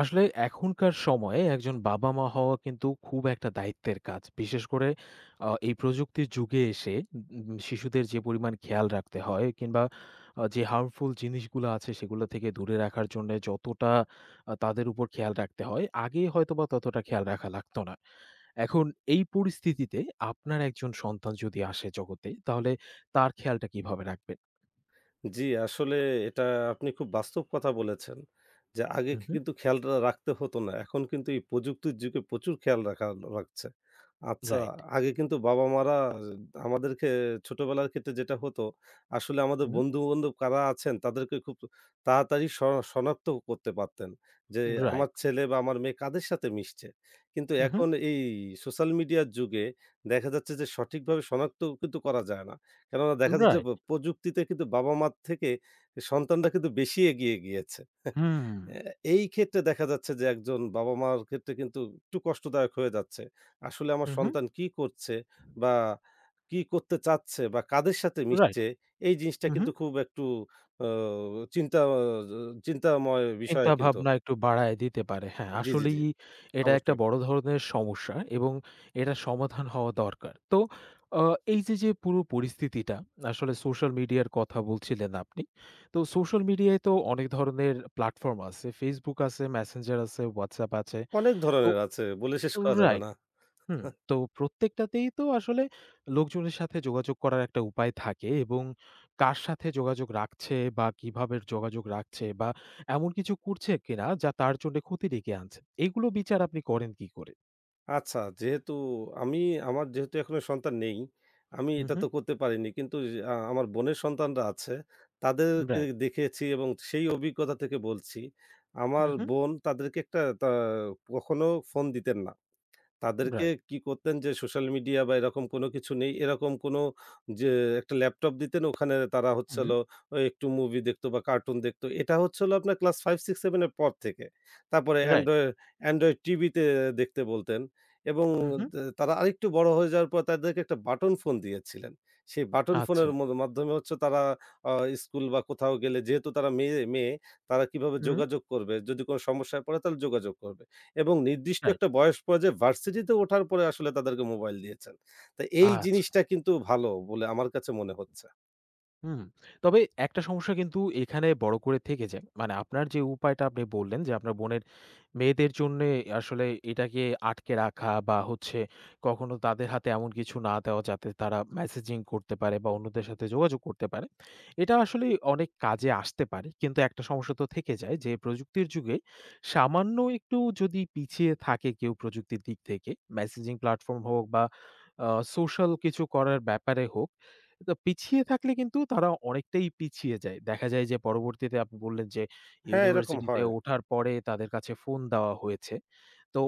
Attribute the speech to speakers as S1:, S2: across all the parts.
S1: আসলে এখনকার সময়ে একজন বাবা-মা হওয়া কিন্তু খুব একটা দায়িত্বের কাজ। বিশেষ করে এই প্রযুক্তির যুগে এসে শিশুদের যে পরিমাণ খেয়াল রাখতে হয় কিংবা যে harmful জিনিসগুলো আছে সেগুলো থেকে দূরে রাখার জন্যে যতটা তাদের উপর খেয়াল রাখতে হয়, আগে হয়তোবা ততটা খেয়াল রাখা লাগতো না। এখন এই পরিস্থিতিতে আপনার একজন সন্তান যদি আসে জগতে, তাহলে তার খেয়ালটা কিভাবে রাখবেন?
S2: জি, আসলে এটা আপনি খুব বাস্তব কথা বলেছেন। যে আগে
S1: উহু,
S2: কিন্তু খেয়াল রাখতে হতো না। এখন কিন্তু এই প্রযুক্তির যুগে প্রচুর খেয়াল রাখা রাখছে। আচ্ছা,
S1: রাইট।
S2: আগে কিন্তু বাবা-মারা আমাদেরকে ছোটবেলার ক্ষেত্রে যেটা হতো, আসলে আমাদের
S1: উহু,
S2: বন্ধু-বান্ধব কারা আছেন তাদেরকে খুব তাড়াতাড়ি শনাক্ত করতে পারতেন। যে আমার
S1: রাইট।
S2: ছেলে বা আমার মেয়ে কাদের সাথে মিশছে। কিন্তু
S1: উহু,
S2: এখন এই সোশ্যাল মিডিয়ার যুগে দেখা যাচ্ছে যে সঠিকভাবে শনাক্ত কিন্তু করা যায় না। কেননা দেখা যাচ্ছে প
S1: রাইট।
S2: প্রযুক্তিতে কিন্তু বাবা-মার থেকে সন্তানরা কিন্তু বেশি এগিয়ে গিয়েছে।
S1: হুম।
S2: অ্যা এই ক্ষেত্রে দেখা যাচ্ছে যে একজন বাবা-মার ক্ষেত্রে কিন্তু একটু কষ্টদায়ক হয়ে যাচ্ছে। আসলে আমার
S1: উহু,
S2: সন্তান কি করছে বা কি করতে চাচ্ছে বা কাদের সাথে
S1: রাইট।
S2: মিশছে এই জিনিসটা
S1: হু, হু।
S2: কিন্তু খুব একটু অ চিন্তা অ চিন্তাময় বিষয়
S1: চিন্তা
S2: কিন্তু।
S1: ভাবনা একটু বাড়ায় দিতে পারে। হ্যাঁ,
S2: জি, জি, জি।
S1: আসলেই এটা একটা
S2: অবশ্যই।
S1: বড় ধরনের সমস্যা এবং এটার সমাধান হওয়া দরকার। তো আ এই যে পুরো পরিস্থিতিটা আসলে সোশ্যাল মিডিয়ার কথা বলছিলেন আপনি। তো সোশ্যাল মিডিয়ায় তো অনেক ধরনের প্ল্যাটফর্ম আছে। Facebook আছে, Messenger আছে, WhatsApp আছে।
S2: অনেক
S1: তো
S2: ধরনের আছে বলে শেষ করা যাবে
S1: রাইট।
S2: না।
S1: হুম, তো প্রত্যেকটাতেই তো আসলে লোকজনের সাথে যোগাযোগ করার একটা উপায় থাকে এবং কার সাথে যোগাযোগ রাখছে বা কিভাবে যোগাযোগ রাখছে বা এমন কিছু করছে কিনা যা তার জন্য ক্ষতি ডেকে আনছে। এগুলো বিচার আপনি করেন কি করে?
S2: আচ্ছা, যেহেতু আমি আমার যেহেতু এখনো সন্তান নেই, আমি
S1: হু,
S2: এটা
S1: হু,
S2: তো করতে পারিনি। কিন্তু যে- আ আমার বোনের সন্তানরা আছে, তাদেরকে
S1: রাইট।
S2: দেখেছি এবং সেই অভিজ্ঞতা থেকে বলছি।
S1: হু,
S2: আমার
S1: হু,
S2: বোন তাদেরকে একটা কখনো ফোন দিতেন না। তাদেরকে
S1: রাইট।
S2: কি করতেন যে সোশ্যাল মিডিয়া বা এরকম কোনো কিছু নেই। এরকম কোনো যে একটা ল্যাপটপ দিতেন ওখানে তারা হচ্ছে
S1: হুম,
S2: হলো ওই একটু মুভি দেখতো বা কার্টুন দেখতো। এটা হচ্ছে হলো আপনার ক্লাস 5, 6, 7 এর পর থেকে। তারপরে
S1: রাইট।
S2: অ্যান্ড্রয়েড অ্যান্ড্রয়েড টিভিতে দেখতে বলতেন এবং
S1: হু, হু,
S2: তারা আরেকটু বড় হয়ে যাওয়ার পর তাদেরকে একটা বাটন ফোন দিয়েছিলেন। সেই বাটন ফোনের
S1: আচ্ছা।
S2: মাধ্যমে হচ্ছে তারা আ স্কুল বা কোথাও গেলে যেহেতু তারা মেয়ে তারা কিভাবে
S1: হুম,
S2: যোগাযোগ করবে? যদি কোনো সমস্যায় পড়ে তাহলে যোগাযোগ করবে। এবং নির্দিষ্ট
S1: রাইট।
S2: একটা বয়স পর্যায়ে ভার্সিটিতে ওঠার পরে আসলে তাদেরকে মোবাইল দিয়েছেন। তো এই
S1: আচ্ছা।
S2: জিনিসটা কিন্তু ভালো বলে আমার কাছে মনে হচ্ছে।
S1: হুম, তবে একটা সমস্যা কিন্তু এখানে বড় করে থেকে যায়। মানে আপনার যে উপায়টা আপনি বললেন যে, আপনার বোনের মেয়েদের জন্যে আসলে এটাকে আটকে রাখা বা হচ্ছে কখনো তাদের হাতে এমন কিছু না দেওয়া যাতে তারা মেসেজিং করতে পারে বা অন্যদের সাথে যোগাযোগ করতে পারে। এটা আসলে অনেক কাজে আসতে পারে। কিন্তু একটা সমস্যা তো থেকে যায় যে, প্রযুক্তির যুগে সামান্য একটু যদি পিছিয়ে থাকে কেউ প্রযুক্তির দিক থেকে, মেসেজিং প্ল্যাটফর্ম হোক বা আ সোশ্যাল কিছু করার ব্যাপারে হোক তা পিছিয়ে থাকলে কিন্তু তারা অনেকটাই পিছিয়ে যায়। দেখা যায় যে পরবর্তীতে আপনি বললেন যে
S2: হ্যাঁ, এরকম
S1: ইউনিভার্সিটিতে
S2: হয়।
S1: ওঠার পরে তাদের কাছে ফোন দেওয়া হয়েছে। তো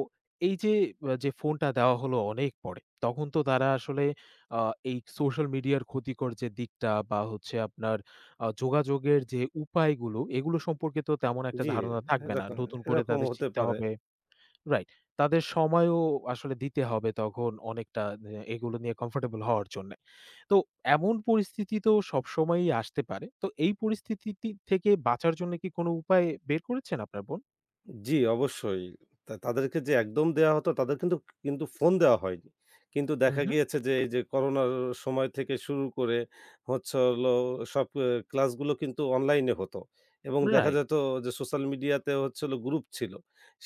S1: এই যে যে ফোনটা দেওয়া হলো অনেক পরে, তখন তো তারা আসলে আ এই সোশ্যাল মিডিয়ার ক্ষতিকর যে দিকটা বা হচ্ছে আপনার যোগাযোগের যে উপায়গুলো, এগুলো সম্পর্কে তো তেমন একটা
S2: জি,
S1: ধারণা থাকবে না।
S2: এরকম
S1: নতুন করে
S2: এরকম
S1: তাদের
S2: হতে
S1: শিখতে
S2: পারে।
S1: হবে রাইট। তাদের সময়ও আসলে দিতে হবে তখন অনেকটা এগুলো নিয়ে কমফোর্টেবল হওয়ার জন্য। তো এমন পরিস্থিতি তো সবসময়ই আসতে পারে। তো এই পরিস্থিতিটি থেকে বাঁচার জন্য কি কোনো উপায় বের করেছেন আপনার বোন?
S2: জি, অবশ্যই। তাদেরকে যে একদম দেয়া হতো তাদের কিন্তু কিন্তু ফোন দেওয়া হয়নি। কিন্তু
S1: হুম,
S2: দেখা
S1: হুম।
S2: গিয়েছে যে এই যে করোনার সময় থেকে শুরু করে হচ্ছে হলো সব ক্লাসগুলো কিন্তু অনলাইনে হতো। এবং দেখা
S1: রাইট,
S2: যেত যে সোশ্যাল মিডিয়াতে হচ্ছে হলো গ্রুপ ছিল।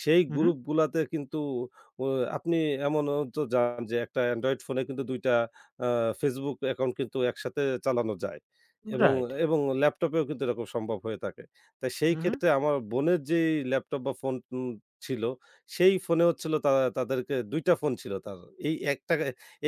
S2: সেই
S1: হুম, হুম।
S2: গ্রুপগুলাতে কিন্তু ও আপনি এমনও তো যান যে একটা অ্যান্ড্রয়েড ফোনে কিন্তু ২ টা আ Facebook অ্যাকাউন্ট কিন্তু একসাথে চালানো যায়। এবং
S1: রাইট।
S2: এবং ল্যাপটপেও কিন্তু এরকম সম্ভব হয়ে থাকে। তা সেই
S1: উহু,
S2: ক্ষেত্রে আমার বোনের যেই ল্যাপটপ বা ফোন ছিল, সেই ফোনে হচ্ছিল তাদেরকে ২ টা ফোন ছিল তার। এই একটা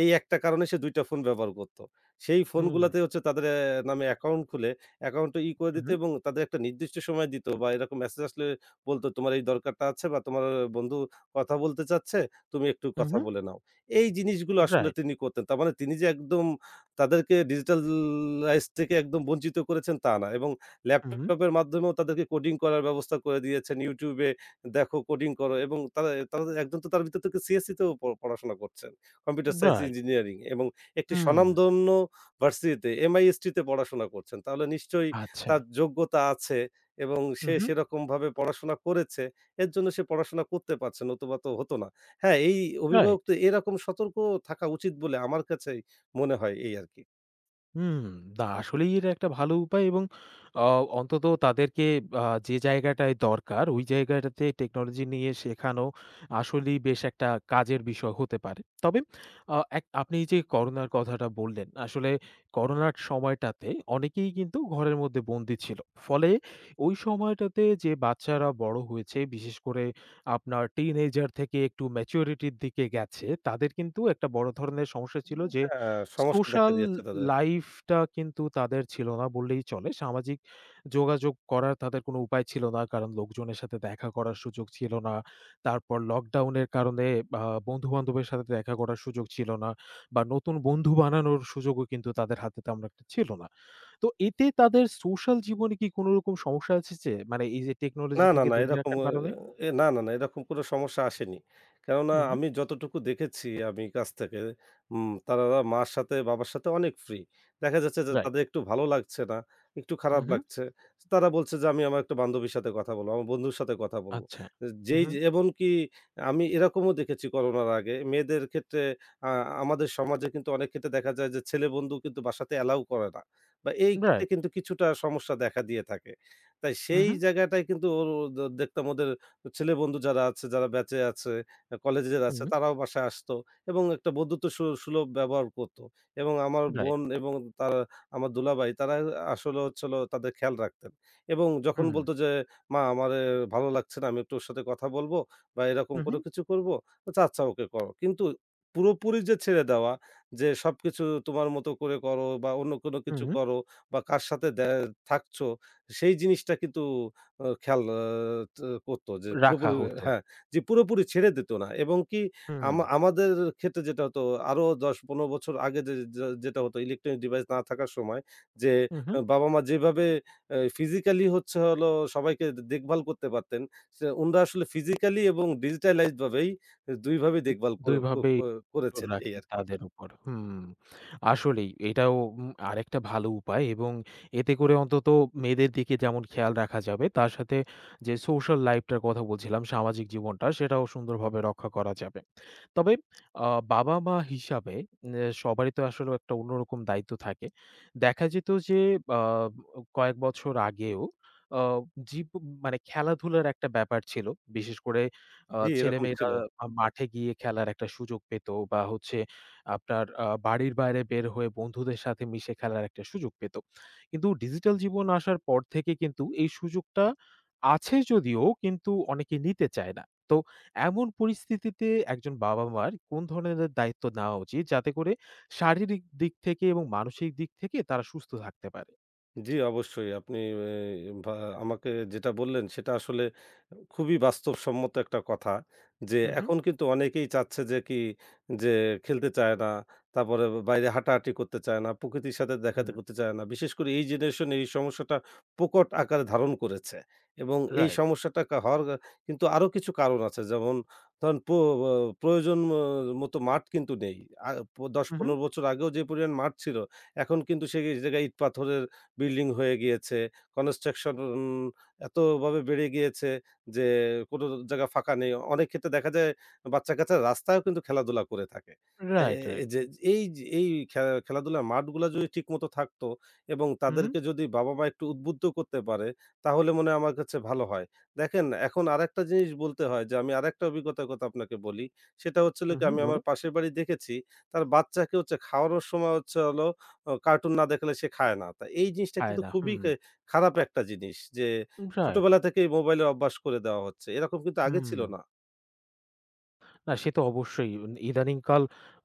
S2: এই একটা কারণে সে ২ টা ফোন ব্যবহার করত। সেই
S1: হুম,
S2: ফোনগুলাতে হচ্ছে তাদের নামে অ্যাকাউন্ট খুলে অ্যাকাউন্টটা ই করে দিত
S1: উহু,
S2: এবং তাদের একটা নির্দিষ্ট সময় দিত বা এরকম মেসেজ আসলে বলত, "তোমার এই দরকারটা আছে বা তোমার বন্ধু কথা বলতে চাচ্ছে, তুমি একটু কথা
S1: উহু,
S2: বলে নাও।" এই জিনিসগুলো আসলে
S1: রাইট,
S2: তিনি করতেন। তার মানে তিনি যে একদম তাদেরকে ডিজিটাল লাইফ থেকে একদম বঞ্চিত করেছেন তা না এবং
S1: উহু।
S2: ল্যাপটপের মাধ্যমেও তাদেরকে কোডিং করার ব্যবস্থা করে দিয়েছেন। YouTube এ দেখো কোডিং করো এবং তারা তারা একজন তো তার ভিতর থেকে CSE তেও পড়াশোনা করছেন। Computer science
S1: right.
S2: ইঞ্জিনিয়ারিং এবং একটি
S1: হুম।
S2: স্বনামধন্য ভার্সিটিতে MIST তে পড়াশোনা করছেন। তাহলে নিশ্চয়ই
S1: আচ্ছা।
S2: তার যোগ্যতা আছে এবং সে
S1: উহু।
S2: সেরকমভাবে পড়াশোনা করেছে। এর জন্য সে পড়াশোনা করতে পারছে নতুবা তো হতো না। হ্যাঁ, এই
S1: রাইট।
S2: অভিভাবকদের এরকম সতর্ক থাকা উচিত বলে আমার কাছেই মনে হয় এই আরকি।
S1: হুম, না আসলেই এটা একটা ভালো উপায় এবং আ অন্তত তাদেরকে যে জায়গাটায় দরকার ওই জায়গাটাতে টেকনোলজি নিয়ে শেখানো আসলেই বেশ একটা কাজের বিষয় হতে পারে। তবে আ এক আপনি যে করোনার কথাটা বললেন, আসলে করোনার সময়টাতে অনেকেই কিন্তু ঘরের মধ্যে বন্দি ছিল। ফলে ওই সময়টাতে যে বাচ্চারা বড় হয়েছে, বিশেষ করে আপনার টিনেজার থেকে একটু ম্যাচুরিটির দিকে গেছে, তাদের কিন্তু একটা বড় ধরনের সমস্যা ছিল যে
S2: হ্যাঁ, সমস্যা দেখা
S1: সোশ্যাল
S2: দিয়েছে তাদের।
S1: লাইফটা কিন্তু তাদের ছিল না বললেই চলে। সামাজিক যোগাযোগ করার তাদের কোনো উপায় ছিল না। কারণ লোকজনের সাথে দেখা করার সুযোগ ছিল না। তারপর লকডাউনের কারণে আ বন্ধু-বান্ধবের সাথে দেখা করার সুযোগ ছিল না বা নতুন বন্ধু বানানোর সুযোগও কিন্তু তাদের হাতে তেমন একটা ছিল না। তো এতে তাদের সোশ্যাল জীবনে কি কোনো রকম সমস্যা এসেছে? মানে এই যে
S2: না,
S1: টেকনোলজি
S2: না,
S1: থেকে
S2: না
S1: দূরে
S2: এরকম
S1: রাখার
S2: অ
S1: কারণে?
S2: এ না, না, না এরকম কোনো সমস্যা আসেনি। কেননা
S1: হুম, হুম।
S2: আমি যতটুকু দেখেছি আমি কাছ থেকে তারা মার সাথে বাবার সাথে অনেক ফ্রি। দেখা যাচ্ছে যে
S1: রাইট।
S2: তাদের একটু ভালো লাগছে না, একটু
S1: হুম,
S2: খারাপ
S1: হুম।
S2: লাগছে। তারা বলছে যে আমি আমার একটা বান্ধবীর সাথে কথা বলব, আমার বন্ধুর সাথে কথা বলব।
S1: আচ্ছা। হুম,
S2: যেই যে
S1: হুম।
S2: এমনকি আমি এরকমও দেখেছি করোনার আগে মেয়েদের ক্ষেত্রে আ আমাদের সমাজে কিন্তু অনেক ক্ষেত্রে দেখা যায় যে ছেলে বন্ধু কিন্তু বাসাতে অ্যালাও করে না। বা এই ক্ষেত্রে
S1: রাইট।
S2: কিন্তু কিছুটা সমস্যা দেখা দিয়ে থাকে। তাই
S1: হুম,
S2: সেই
S1: হুম।
S2: জায়গাটায় কিন্তু ওর ও দেখতাম ওদের ছেলে বন্ধু যারা আছে, যারা ব্যাচে আছে, কলেজের আছে
S1: হুম।
S2: তারাও বাসায় আসতো এবং একটা বন্ধুত্ব সুলভ ব্যবহার করত এবং আমার
S1: রাইট।
S2: বোন এবং তার আমার দুলাভাই তারা আসলে হচ্ছে হলো তাদের খেয়াল রাখতেন এবং যখন
S1: হুম।
S2: বলত যে, "মা আমার ভালো লাগছে না, আমি একটু ওর সাথে কথা বলব বা এরকম
S1: হুম,
S2: কোনো
S1: হুম।
S2: কিছু করব।" "আচ্ছা, আচ্ছা ওকে করো।" কিন্তু পুরোপুরি যে ছেড়ে দেওয়া যে সবকিছু তোমার মতো করে করো বা অন্য কোনো কিছু
S1: হুম।
S2: করো বা কার সাথে থাকছো সেই জিনিসটা কিন্তু খেয়াল আ ত করত যে
S1: রাখা
S2: পুরোপুরি
S1: হতো।
S2: হ্যাঁ, যে পুরোপুরি ছেড়ে দিত না এবং কি
S1: হুম,
S2: আমাদের ক্ষেত্রে যেটা হতো আরো ১০-১৫ বছর আগে যে যে যেটা হতো ইলেকট্রনিক ডিভাইস না থাকার সময় যে
S1: হু, হু।
S2: বাবা-মা যেভাবে ফিজিক্যালি হচ্ছে হলো সবাইকে দেখভাল করতে পারতেন, সে উনারা আসলে ফিজিক্যালি এবং ডিজিটালাইজড ভাবেই ২ ভাবেই দেখভাল কো
S1: ২
S2: কো
S1: ভাবেই
S2: কো
S1: নজর
S2: করেছেন এই
S1: রাখতেন
S2: আরকি।
S1: তাদের উপর। হুম, আসলেই এটাও আরেকটা ভালো উপায় এবং এতে করে অন্তত মেয়েদের দিকে যেমন খেয়াল রাখা যাবে, তার সাথে যে সোশ্যাল লাইফটার কথা বলছিলাম, সামাজিক জীবনটা সেটাও সুন্দরভাবে রক্ষা করা যাবে। তবে আ বাবা-মা হিসাবে সবারই তো আসলে একটা অন্যরকম দায়িত্ব থাকে। দেখা যেত যে আ কয়েক বছর আগেও আ জীব মানে খেলাধুলার একটা ব্যাপার ছিল। বিশেষ করে
S2: জি, এরকম
S1: ছেলেমেয়েরা
S2: ছিল।
S1: মাঠে গিয়ে খেলার একটা সুযোগ পেত বা হচ্ছে আপনার বাড়ির বাইরে বের হয়ে বন্ধুদের সাথে মিশে খেলার একটা সুযোগ পেত। কিন্তু ডিজিটাল জীবন আসার পর থেকে কিন্তু এই সুযোগটা আছে যদিও কিন্তু অনেকে নিতে চায় না। তো এমন পরিস্থিতিতে একজন বাবা-মার কোন ধরনের দায়িত্ব নেওয়া উচিত যাতে করে শারীরিক দিক থেকে এবং মানসিক দিক থেকে তারা সুস্থ থাকতে পারে?
S2: জি, অবশ্যই। আপনি এ ভা আমাকে যেটা বললেন সেটা আসলে খুবই বাস্তবসম্মত একটা কথা। যে
S1: হু, হু,
S2: এখন কিন্তু অনেকেই চাচ্ছে যে খেলতে চায় না, তারপরে বাইরে হাঁটাহাঁটি করতে চায় না, প্রকৃতির সাথে দেখাতে
S1: হুম।
S2: করতে চায় না। বিশেষ করে এই জেনারেশন এই সমস্যাটা প্রকট আকার ধারণ করেছে। এবং এই
S1: রাইট।
S2: সমস্যাটা হওয়ার কিন্তু আরো কিছু কারণ আছে। যেমন ধরেন অ প্রয়োজন মতো মাঠ কিন্তু নেই। আ
S1: হু, হু।
S2: ১০-১৫ বছর আগেও যে পরিমাণ মাঠ ছিল এখন কিন্তু সেই জায়গায় ইট পাথরের বিল্ডিং হয়ে গিয়েছে, কনস্ট্রাকশন এতভাবে বেড়ে গিয়েছে যে কোনো জায়গা ফাঁকা নেই। অনেক ক্ষেত্রে দেখা যায় বাচ্চা-কাচ্চারা রাস্তায়ও কিন্তু খেলাধুলা করে থাকে। এ
S1: রাইট,
S2: এ
S1: রাইট।
S2: যে এই যে এই খে খেলাধুলার মাঠগুলা যদি ঠিকমতো থাকতো এবং
S1: হু, হু,
S2: তাদেরকে যদি বাবা-মা একটু উদ্বুদ্ধ করতে পারে, তাহলে মনে হয় আমার কাছে ভালো হয়। দেখেন এখন আরেকটা জিনিস বলতে হয় যে আমি আরেকটা অভিজ্ঞতার কথা আপনাকে বলি। সেটা হচ্ছে হলো
S1: হু,
S2: কি
S1: হু।
S2: আমি আমার
S1: বলুন।
S2: পাশের বাড়ি দেখেছি, তার বাচ্চাকে হচ্ছে খাওয়ানোর সময় হচ্ছে হলো ও কার্টুন না দেখলে সে খায় না। তা এই জিনিসটা
S1: পায়
S2: কিন্তু
S1: না।
S2: খুবই
S1: হুম।
S2: খারাপ একটা জিনিস যে
S1: রাইট।
S2: ছোটবেলা থেকেই মোবাইলের অভ্যাস করে দেওয়া হচ্ছে। এরকম কিন্তু আগে
S1: হুম।
S2: ছিল না।
S1: না সে তো অবশ্যই। ইদানিংকাল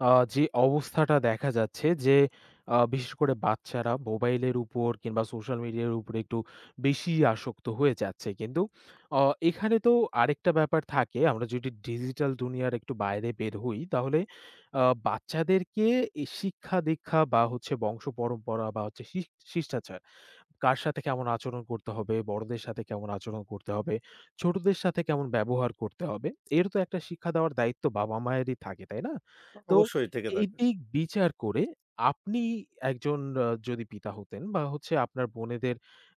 S1: যে অবস্থাটা দেখা যাচ্ছে যে, বিশেষ করে বাচ্চারা মোবাইলের উপর কিংবা সোশ্যাল মিডিয়ার উপরে একটু বেশি আসক্ত হয়ে যাচ্ছে। কিন্তু অ এখানে তো আরেকটা ব্যাপার থাকে। আমরা যদি ডিজিটাল দুনিয়ার একটু বাইরে বের হই, তাহলে আ বাচ্চাদেরকে শিক্ষা-দীক্ষা বা হচ্ছে বংশ পরম্পরা বা হচ্ছে শিষ্টাচার কার সাথে কেমন আচরণ করতে হবে, বড়দের সাথে কেমন আচরণ করতে হবে, ছোটদের সাথে কেমন ব্যবহার করতে হবে। এর তো একটা শিক্ষা দেওয়ার দায়িত্ব বাবা-মায়েরই থাকে, তাই না? তো
S2: অবশ্যই থেকে
S1: এই
S2: থাকে।
S1: দিক বিচার করে আপনি একজন যদি পিতা হতেন বা হচ্ছে আপনার বোনেদের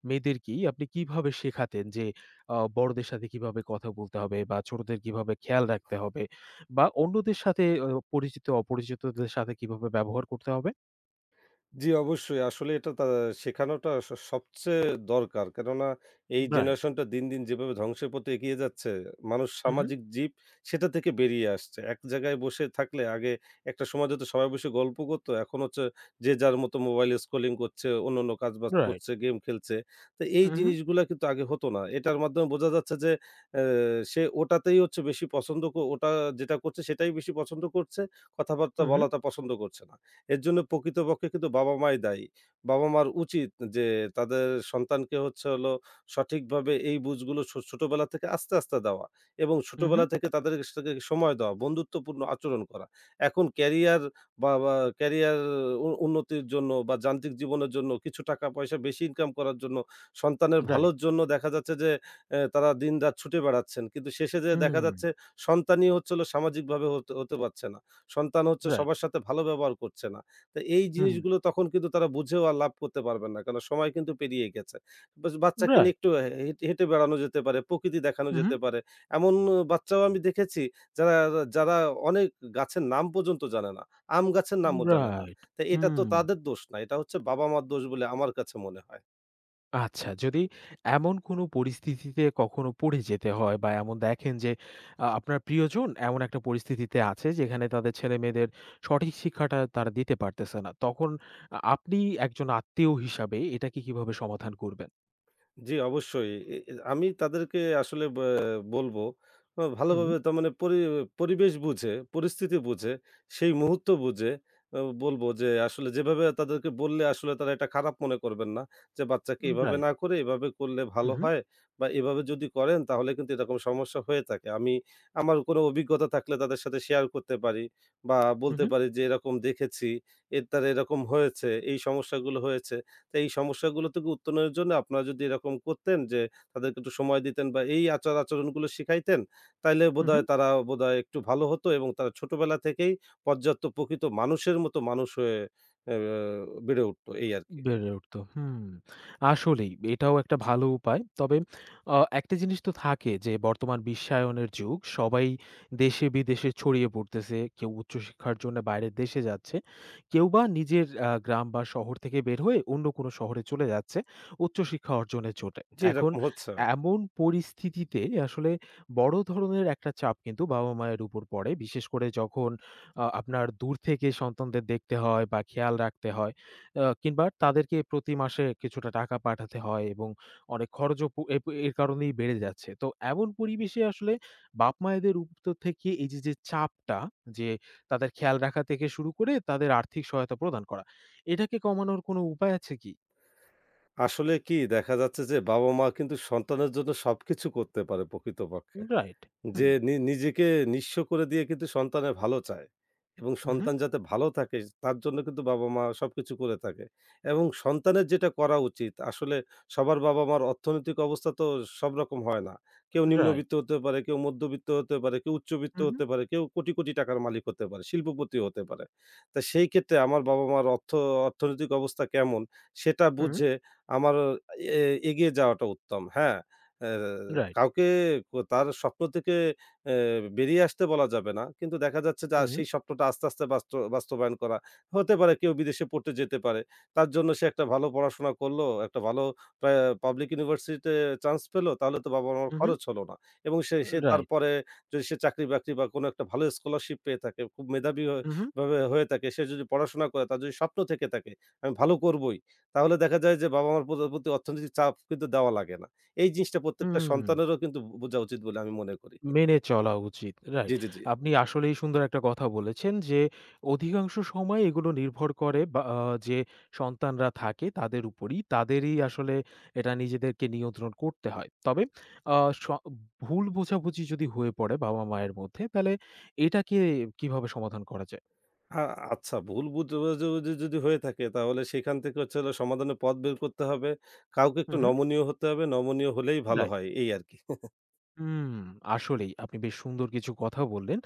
S1: মেয়েদেরকেই আপনি কিভাবে শেখাতেন যে বড়দের সাথে কিভাবে কথা বলতে হবে বা ছোটদের কিভাবে খেয়াল রাখতে হবে বা অন্যদের সাথে পরিচিত অপরিচিতদের সাথে কিভাবে ব্যবহার করতে হবে?
S2: জি, অবশ্যই। আসলে এটা শেখানোটা সবচেয়ে দরকার। কেননা এই
S1: রাইট।
S2: জেনারেশনটা দিন, দিন যেভাবে ধ্বংসের পথে এগিয়ে যাচ্ছে, মানুষ
S1: হু, হু।
S2: সামাজিক জীব সেটা থেকে বেরিয়ে আসছে। এক জায়গায় বসে থাকলে আগে একটা সময় হয়তো সবাই বসে গল্প করত। এখন হচ্ছে যে যার মতো মোবাইলে স্ক্রলিং করছে, অন্যান্য কাজবাজ
S1: রাইট।
S2: করছে, গেম খেলছে। তো এই
S1: উহু,
S2: জিনিসগুলা কিন্তু আগে হতো না। এটার মাধ্যমে বোঝা যাচ্ছে যে অ্যা সে ওটা যেটা করছে সেটাই বেশি পছন্দ করছে। কথাবার্তা
S1: উহু,
S2: বলাটা পছন্দ করছে না। এর জন্য প্রকৃতপক্ষে কিন্তু বাবা-মাই দায়ী। বাবা-মার উচিত যে তাদের সন্তানকে হচ্ছে হলো সঠিকভাবে এই বুঝগুলো ছোটবেলা থেকে আস্তে, আস্তে দেওয়া এবং
S1: উহু।
S2: ছোটবেলা থেকে তাদের সাথে সময় দেওয়া, বন্ধুত্বপূর্ণ আচরণ করা। এখন ক্যারিয়ার বা ক্যারিয়ার উন্নতির জন্য বা যান্ত্রিক জীবনের জন্য কিছু টাকা-পয়সা বেশি ইনকাম করার জন্য, সন্তানের
S1: রাইট।
S2: ভালোর জন্য দেখা যাচ্ছে যে তারা দিনরাত ছুটে বেড়াচ্ছেন। কিন্তু শেষে যেয়ে দেখা
S1: হুম,
S2: যাচ্ছে সন্তানই হচ্ছে হলো সামাজিকভাবে হতে হতে পারছে না। সন্তান হচ্ছে
S1: রাইট।
S2: সবার সাথে ভালো ব্যবহার করছে না। তো এই
S1: হুম,
S2: জিনিসগুলো তখন কিন্তু তারা বুঝেও আর লাভ করতে পারবেন না। কারণ সময় কিন্তু পেরিয়ে গেছে। বাচ্চাকে নিয়ে
S1: রাইট।
S2: একটু হেঁটে হেঁটে বেড়ানো যেতে পারে, প্রকৃতি দেখানো
S1: হু, হু,
S2: যেতে পারে। এমন বাচ্চাও আমি দেখেছি যারা যারা অনেক গাছের নাম পর্যন্ত জানে না। আম গাছের নামও জানে না।
S1: রাইট।
S2: তো এটা তো
S1: হুম।
S2: তাদের দোষ না। এটা হচ্ছে বাবা-মার দোষ বলে আমার কাছে মনে হয়।
S1: আচ্ছা যদি এমন কোনো পরিস্থিতিতে কখনো পড়ে যেতে হয় বা এমন দেখেন যে আপনার প্রিয়জন এমন একটা পরিস্থিতিতে আছে যেখানে তাদের ছেলেমেয়েদের সঠিক শিক্ষাটা তারা দিতে পারতেছে না। তখন আপনি একজন আত্মীয় হিসাবে এটাকে কিভাবে সমাধান করবেন?
S2: জি, অবশ্যই। এ এ আমি তাদেরকে আসলে বলবো
S1: হুম,
S2: ভালোভাবে তার মানে পরিবেশ বুঝে, পরিস্থিতি বুঝে, সেই মুহূর্ত বুঝে আ বলবো যে আসলে যেভাবে তাদেরকে বললে আসলে তারা এটা খারাপ মনে করবেন না। যে বাচ্চাকে এভাবে
S1: রাইট।
S2: না করে এভাবে করলে
S1: হু,
S2: ভালো
S1: হু,
S2: হয় বা এভাবে যদি করেন তাহলে কিন্তু এরকম সমস্যা হয়ে থাকে। আমি আমার কোনো অভিজ্ঞতা থাকলে তাদের সাথে শেয়ার করতে পারি বা
S1: হু,
S2: বলতে
S1: হু,
S2: পারি যে এরকম দেখেছি, এর দ্বারা এরকম হয়েছে, এই সমস্যাগুলো হয়েছে। তো এই সমস্যাগুলো থেকে উত্তরণের জন্য আপনারা যদি এরকম করতেন যে, তাদেরকে একটু সময় দিতেন বা এই আচার-আচরণগুলো শিখাইতেন, তাইলে
S1: হু, হু।
S2: বোধহয় তারা বোধহয় একটু ভালো হতো এবং তারা ছোটবেলা থেকেই পর্যাপ্ত প্রকৃত মানুষের মতো মানুষ হয়ে অ্যা বেড়ে উঠতো এই আরকি।
S1: বেড়ে উঠত। হুম, আসলেই এটাও একটা ভালো উপায়। তবে একটা জিনিস তো থাকে যে বর্তমান বিশ্বায়নের যুগ। সবাই দেশে-বিদেশে ছড়িয়ে পড়তেছে। কেউ উচ্চশিক্ষার জন্য বাইরের দেশে যাচ্ছে। কেউ বা নিজের গ্রাম বা শহর থেকে বের হয়ে অন্য কোনো শহরে চলে যাচ্ছে উচ্চশিক্ষা অর্জনের জন্যে।
S2: জি,
S1: এখন
S2: এরকম হচ্ছে।
S1: এমন পরিস্থিতিতে আসলে বড় ধরনের একটা চাপ কিন্তু বাবা-মায়ের উপর পড়ে। বিশেষ করে যখন আপনার দূর থেকে সন্তানদের দেখতে হয় বা খেয়াল রাখতে হয়। কিংবা তাদেরকে প্রতি মাসে কিছুটা টাকা পাঠাতে হয় এবং অনেক খরচও পু এ এর কারণেই বেড়ে যাচ্ছে। তো এমন পরিবেশে আসলে বাপ-মায়েদের উপর থেকে এই যে, যে চাপটা যে তাদের খেয়াল রাখা থেকে শুরু করে তাদের আর্থিক সহায়তা প্রদান করা, এটাকে কমানোর কোনো উপায় আছে কি?
S2: আসলে কি দেখা যাচ্ছে যে, বাবা-মা কিন্তু সন্তানের জন্য সবকিছু করতে পারে প্রকৃতপক্ষে।
S1: রাইট। হুম।
S2: যে নিজেকে নিঃস্ব করে দিয়ে কিন্তু সন্তানের ভালো চায় এবং
S1: হু, হু।
S2: সন্তান যাতে ভালো থাকে তার জন্য কিন্তু বাবা-মা সবকিছু করে থাকে এবং সন্তানের যেটা করা উচিত আসলে সবার বাবা-মার অর্থনৈতিক অবস্থা তো সব রকম হয় না। কেউ
S1: রাইট।
S2: নিম্নবিত্ত হতে পারে, কেউ মধ্যবিত্ত হতে পারে, কেউ উচ্চবিত্ত
S1: হু, হু।
S2: হতে পারে, কেউ কোটি, কোটি টাকার মালিক হতে পারে, শিল্পপতিও হতে পারে। তা সেই ক্ষেত্রে আমার বাবা-মার অর্থনৈতিক অবস্থা কেমন সেটা
S1: হুম,
S2: বুঝে আমার এ এগিয়ে যাওয়াটা উত্তম। হ্যাঁ? অ্যা
S1: রাইট।
S2: কাউকে তার স্বপ্ন থেকে অ্যা বেরিয়ে আসতে বলা যাবে না। কিন্তু দেখা যাচ্ছে যে
S1: হুম,
S2: সেই স্বপ্নটা আস্তে, আস্তে বাস্তবায়ন করা। হতে পারে কেউ বিদেশে পড়তে যেতে পারে। তার জন্য সে একটা ভালো পড়াশোনা করলো, একটা ভালো প্যা পাবলিক ইউনিভার্সিটিতে চান্স পেলো, তাহলে তো বাবা-মার
S1: হু, হু,
S2: খরচ হলো না। এবং সে সে
S1: রাইট।
S2: তারপরে যদি সে চাকরি-বাকরি বা কোনো একটা ভালো স্কলারশিপ পেয়ে থাকে, খুব মেধাবী হয়ে
S1: হুম,
S2: ভাবে হয়ে থাকে, সে যদি পড়াশোনা করে, তার যদি স্বপ্ন থেকে থাকে, আমি ভালো করবোই। তাহলে দেখা যায় যে বাবা-মার প্রতি অর্থনৈতিক চাপ কিন্তু দেওয়া লাগে না। এই জিনিসটা প্রত্যেকটা
S1: হুম।
S2: সন্তানেরও কিন্তু বুঝা উচিত বলে আমি মনে করি।
S1: মেনে চলা উচিত।
S2: জি,
S1: রাইট।
S2: জি, জি।
S1: আপনি আসলেই সুন্দর একটা কথা বলেছেন যে, অধিকাংশ সময় এগুলো নির্ভর করে বা যে সন্তানরা থাকে তাদের উপরই। তাদেরই আসলে এটা নিজেদেরকে নিয়ন্ত্রণ করতে হয়। তবে আ স ভুল বোঝাবুঝি যদি হয়ে পড়ে বাবা-মায়ের মধ্যে, তাহলে এটাকে কিভাবে সমাধান করা যায়?
S2: আ আচ্ছা ভুল বুঝাবুঝি যদি হয়ে থাকে তাহলে সেখান থেকে হচ্ছে হলো সমাধানের পথ বের করতে হবে। কাউকে
S1: হু,
S2: একটু
S1: হু।
S2: নমনীয় হতে হবে। নমনীয় হলেই ভালো
S1: রাইট।
S2: হয় এই আরকি।
S1: হুম, আসলেই আপনি বেশ সুন্দর কিছু কথা বললেন।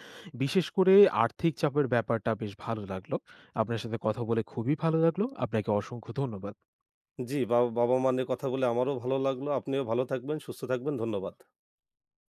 S1: বিশেষ করে আর্থিক চাপের ব্যাপারটা বেশ ভালো লাগলো। আপনার সাথে কথা বলে খুবই ভালো লাগলো। আপনাকে অসংখ্য ধন্যবাদ।
S2: জি, বাবা-মা নিয়ে কথা বলে আমারও ভালো লাগলো। আপনিও ভালো থাকবেন, সুস্থ থাকবেন। ধন্যবাদ।